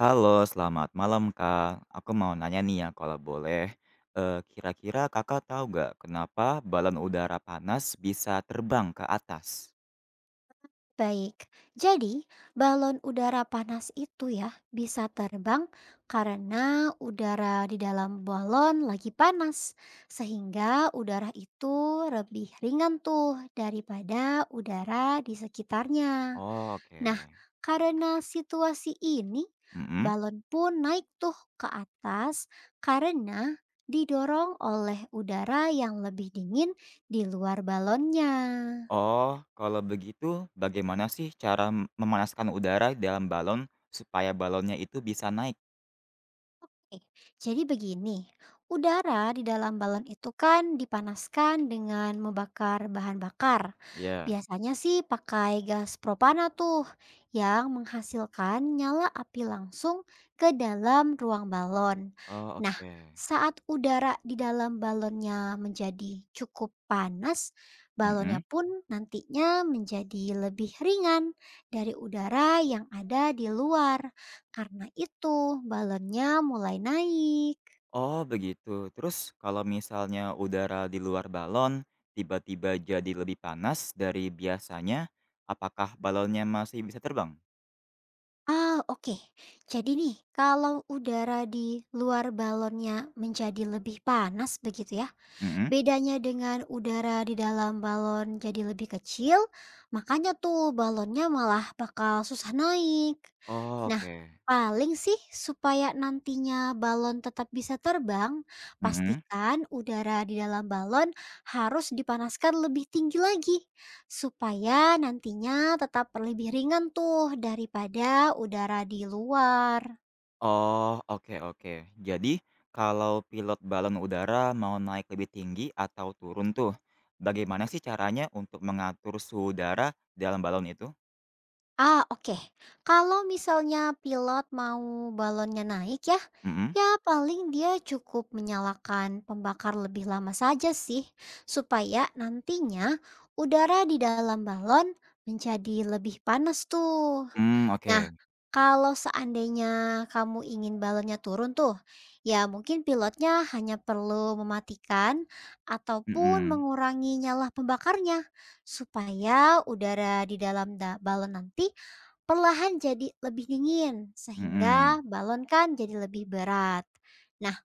Halo, selamat malam Kak. Aku mau nanya nih ya kalau boleh. Kira-kira Kakak tahu nggak kenapa balon udara panas bisa terbang ke atas? Baik, jadi balon udara panas itu ya bisa terbang karena udara di dalam balon lagi panas, sehingga udara itu lebih ringan tuh daripada udara di sekitarnya. Oh, Nah, oke. karena situasi ini, Mhm. balon pun naik tuh ke atas karena didorong oleh udara yang lebih dingin di luar balonnya. Oh, kalau begitu bagaimana sih cara memanaskan udara di dalam balon supaya balonnya itu bisa naik? Oke, jadi begini, udara di dalam balon itu kan dipanaskan dengan membakar bahan bakar. Ya. Biasanya sih pakai gas propana tuh yang menghasilkan nyala api langsung ke dalam ruang balon. Oh, Nah, oke. saat udara di dalam balonnya menjadi cukup panas, balonnya Mhm. pun nantinya menjadi lebih ringan dari udara yang ada di luar. Karena itu balonnya mulai naik. Oh begitu. Terus kalau misalnya udara di luar balon tiba-tiba jadi lebih panas dari biasanya, apakah balonnya masih bisa terbang? Ah, oke. Jadi nih, kalau udara di luar balonnya menjadi lebih panas begitu ya. Mhm. Bedanya dengan udara di dalam balon jadi lebih kecil, makanya tuh balonnya malah bakal susah naik. Oh Nah, oke. paling sih supaya nantinya balon tetap bisa terbang, Mhm. pastikan udara di dalam balon harus dipanaskan lebih tinggi lagi. Supaya nantinya tetap lebih ringan tuh daripada udara di luar. Oh, oke oke. Jadi kalau pilot balon udara mau naik lebih tinggi atau turun tuh, bagaimana sih caranya untuk mengatur suhu udara dalam balon itu? Ah, oke. Kalau misalnya pilot mau balonnya naik ya, Mhm. ya paling dia cukup menyalakan pembakar lebih lama saja sih, supaya nantinya udara di dalam balon menjadi lebih panas tuh. Mmm, oke. Nah, kalau seandainya kamu ingin balonnya turun tuh, ya mungkin pilotnya hanya perlu mematikan ataupun Mhm. mengurangi nyala pembakarnya supaya udara di dalam balon nanti perlahan jadi lebih dingin sehingga Mhm. balon kan jadi lebih berat. Nah,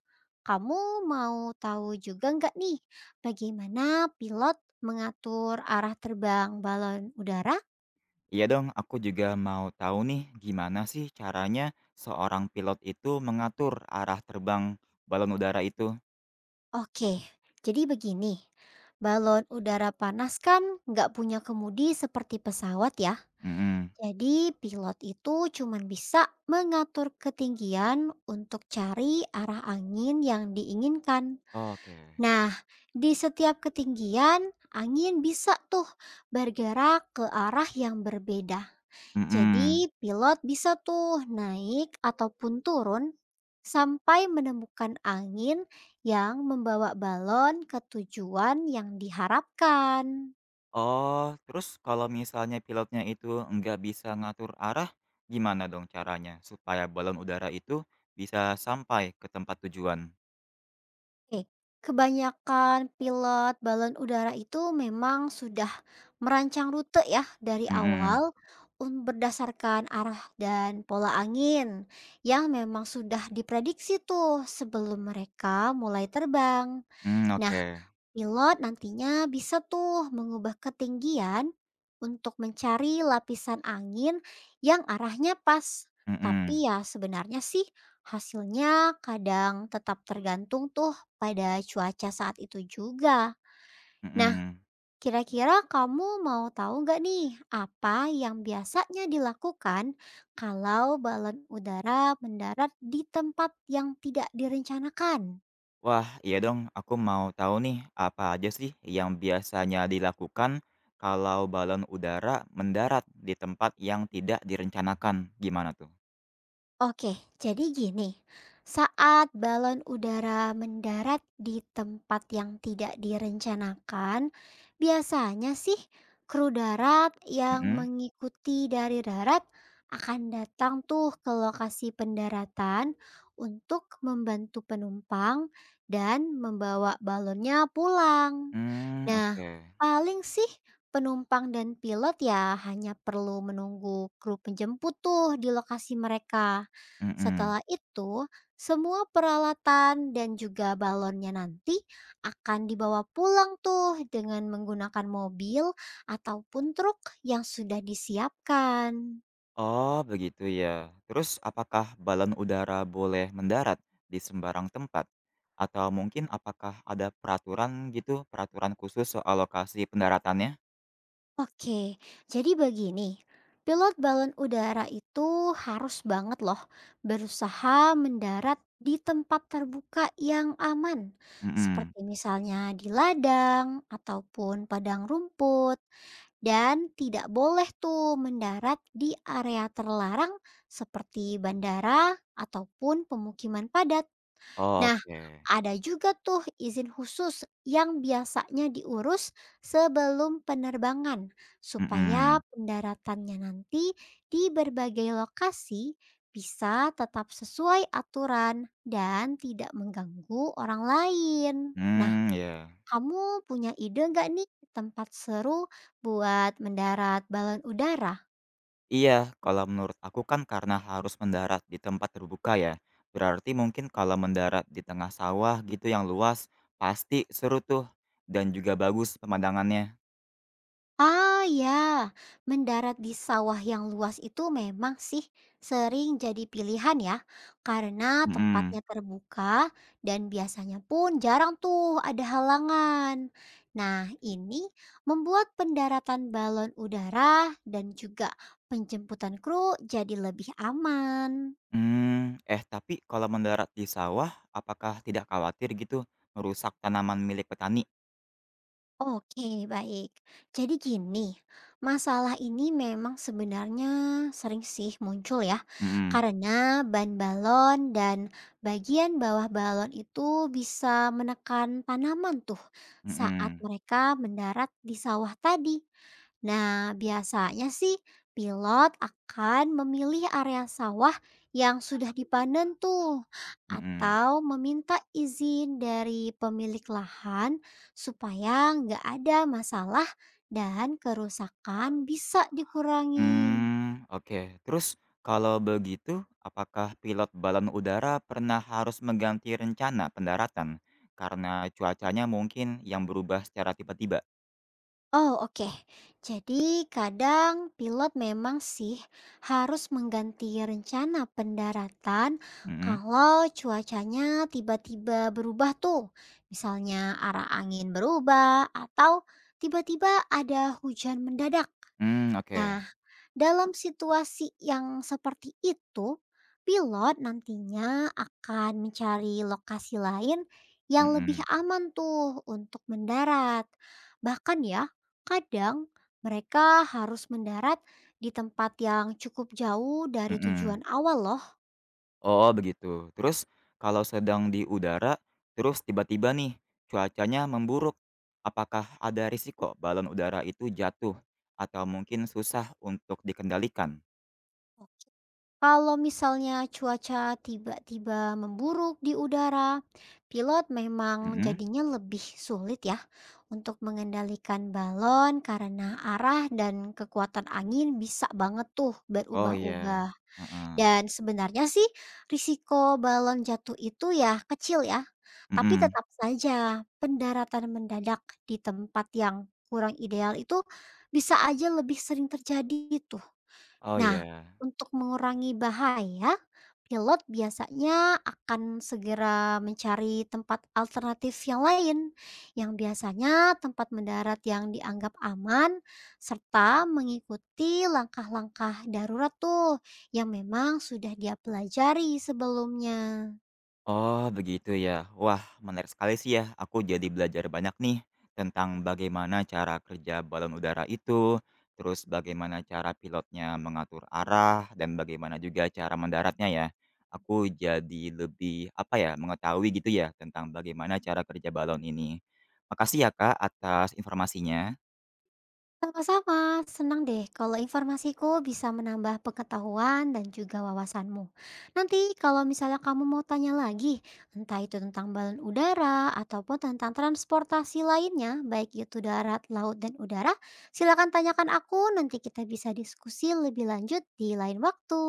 kamu mau tahu juga nggak nih bagaimana pilot mengatur arah terbang balon udara? Iya dong, aku juga mau tahu nih gimana sih caranya seorang pilot itu mengatur arah terbang balon udara itu? Oke, jadi begini. Balon udara panas kan nggak punya kemudi seperti pesawat ya. Mhm. Jadi pilot itu cuman bisa mengatur ketinggian untuk cari arah angin yang diinginkan. Oke. Nah, di setiap ketinggian, angin bisa tuh bergerak ke arah yang berbeda. Mhm. Jadi, pilot bisa tuh naik ataupun turun sampai menemukan angin yang membawa balon ke tujuan yang diharapkan. Oh, terus kalau misalnya pilotnya itu nggak bisa ngatur arah, gimana dong caranya supaya balon udara itu bisa sampai ke tempat tujuan? Oke, kebanyakan pilot balon udara itu memang sudah merancang rute ya dari awal Mhm. Berdasarkan arah dan pola angin yang memang sudah diprediksi tuh sebelum mereka mulai terbang. Mmm, Nah, oke. pilot nantinya bisa tuh mengubah ketinggian untuk mencari lapisan angin yang arahnya pas. Tapi Mhm. ya sebenarnya sih hasilnya kadang tetap tergantung tuh pada cuaca saat itu juga. Nah, Mhm. kira-kira kamu mau tahu nggak nih apa yang biasanya dilakukan kalau balon udara mendarat di tempat yang tidak direncanakan? Wah, iya dong. Aku mau tahu nih, apa aja sih yang biasanya dilakukan kalau balon udara mendarat di tempat yang tidak direncanakan? Gimana tuh? Oke, jadi gini, saat balon udara mendarat di tempat yang tidak direncanakan, biasanya sih kru darat yang Mhm. mengikuti dari darat akan datang tuh ke lokasi pendaratan untuk membantu penumpang dan membawa balonnya pulang. Mmm, Nah, oke. paling sih penumpang dan pilot ya hanya perlu menunggu kru penjemput tuh di lokasi mereka. Mhm. Setelah itu, semua peralatan dan juga balonnya nanti akan dibawa pulang tuh dengan menggunakan mobil ataupun truk yang sudah disiapkan. Oh, begitu ya. Terus apakah balon udara boleh mendarat di sembarang tempat? Atau mungkin apakah ada peraturan gitu, peraturan khusus soal lokasi pendaratannya? Oke, jadi begini. Pilot balon udara itu harus banget loh berusaha mendarat di tempat terbuka yang aman, Mhm. seperti misalnya di ladang ataupun padang rumput. Dan tidak boleh tuh mendarat di area terlarang seperti bandara ataupun pemukiman padat. Nah, Oke. ada juga tuh izin khusus yang biasanya diurus sebelum penerbangan supaya Mhm. pendaratannya nanti di berbagai lokasi bisa tetap sesuai aturan dan tidak mengganggu orang lain. Hmm, ya. Kamu punya ide nggak nih tempat seru buat mendarat balon udara? Iya, kalau menurut aku kan karena harus mendarat di tempat terbuka ya. Berarti mungkin kalau mendarat di tengah sawah gitu yang luas, pasti seru tuh dan juga bagus pemandangannya. Ah ya, mendarat di sawah yang luas itu memang sih sering jadi pilihan ya, karena Mhm. tempatnya terbuka dan biasanya pun jarang tuh ada halangan. Nah, ini membuat pendaratan balon udara dan juga penjemputan kru jadi lebih aman. Hmm. Eh, tapi kalau mendarat di sawah, apakah tidak khawatir gitu merusak tanaman milik petani? Oke, baik. Jadi gini, masalah ini memang sebenarnya sering sih muncul ya, Mhm, karena ban balon dan bagian bawah balon itu bisa menekan tanaman tuh saat mhm, mereka mendarat di sawah tadi. Nah, biasanya sih pilot akan memilih area sawah yang sudah dipanen tuh mhm. atau meminta izin dari pemilik lahan supaya nggak ada masalah dan kerusakan bisa dikurangi. Hmm, oke. Terus kalau begitu, apakah pilot balon udara pernah harus mengganti rencana pendaratan karena cuacanya mungkin yang berubah secara tiba-tiba? Oh, oke. Jadi, kadang pilot memang sih harus mengganti rencana pendaratan Mhm. kalau cuacanya tiba-tiba berubah tuh. Misalnya arah angin berubah atau tiba-tiba ada hujan mendadak. Mmm, oke. Nah, dalam situasi yang seperti itu, pilot nantinya akan mencari lokasi lain yang lebih Mhm aman tuh untuk mendarat. Bahkan ya, kadang mereka harus mendarat di tempat yang cukup jauh dari mhm. tujuan awal loh. Oh, begitu. Terus kalau sedang di udara, terus tiba-tiba nih cuacanya memburuk, apakah ada risiko balon udara itu jatuh atau mungkin susah untuk dikendalikan? Kalau misalnya cuaca tiba-tiba memburuk di udara, pilot memang Mhm. jadinya lebih sulit ya untuk mengendalikan balon karena arah dan kekuatan angin bisa banget tuh Oh, iya. berubah-ubah. Heeh. Dan sebenarnya sih risiko balon jatuh itu ya kecil ya, tapi Mhm. tetap saja pendaratan mendadak di tempat yang kurang ideal itu bisa aja lebih sering terjadi itu. Oh Nah, ya. untuk mengurangi bahaya, pilot biasanya akan segera mencari tempat alternatif yang lain, yang biasanya tempat mendarat yang dianggap aman, serta mengikuti langkah-langkah darurat tuh yang memang sudah dia pelajari sebelumnya. Oh begitu ya. Wah, menarik sekali sih ya, aku jadi belajar banyak nih tentang bagaimana cara kerja balon udara itu, terus bagaimana cara pilotnya mengatur arah, dan bagaimana juga cara mendaratnya ya. Aku jadi lebih apa ya, mengetahui gitu ya tentang bagaimana cara kerja balon ini. Makasih ya Kak atas informasinya. Sama-sama, senang deh kalau informasiku bisa menambah pengetahuan dan juga wawasanmu. Nanti kalau misalnya kamu mau tanya lagi, entah itu tentang balon udara ataupun tentang transportasi lainnya, baik itu darat, laut, dan udara, silakan tanyakan aku, nanti kita bisa diskusi lebih lanjut di lain waktu.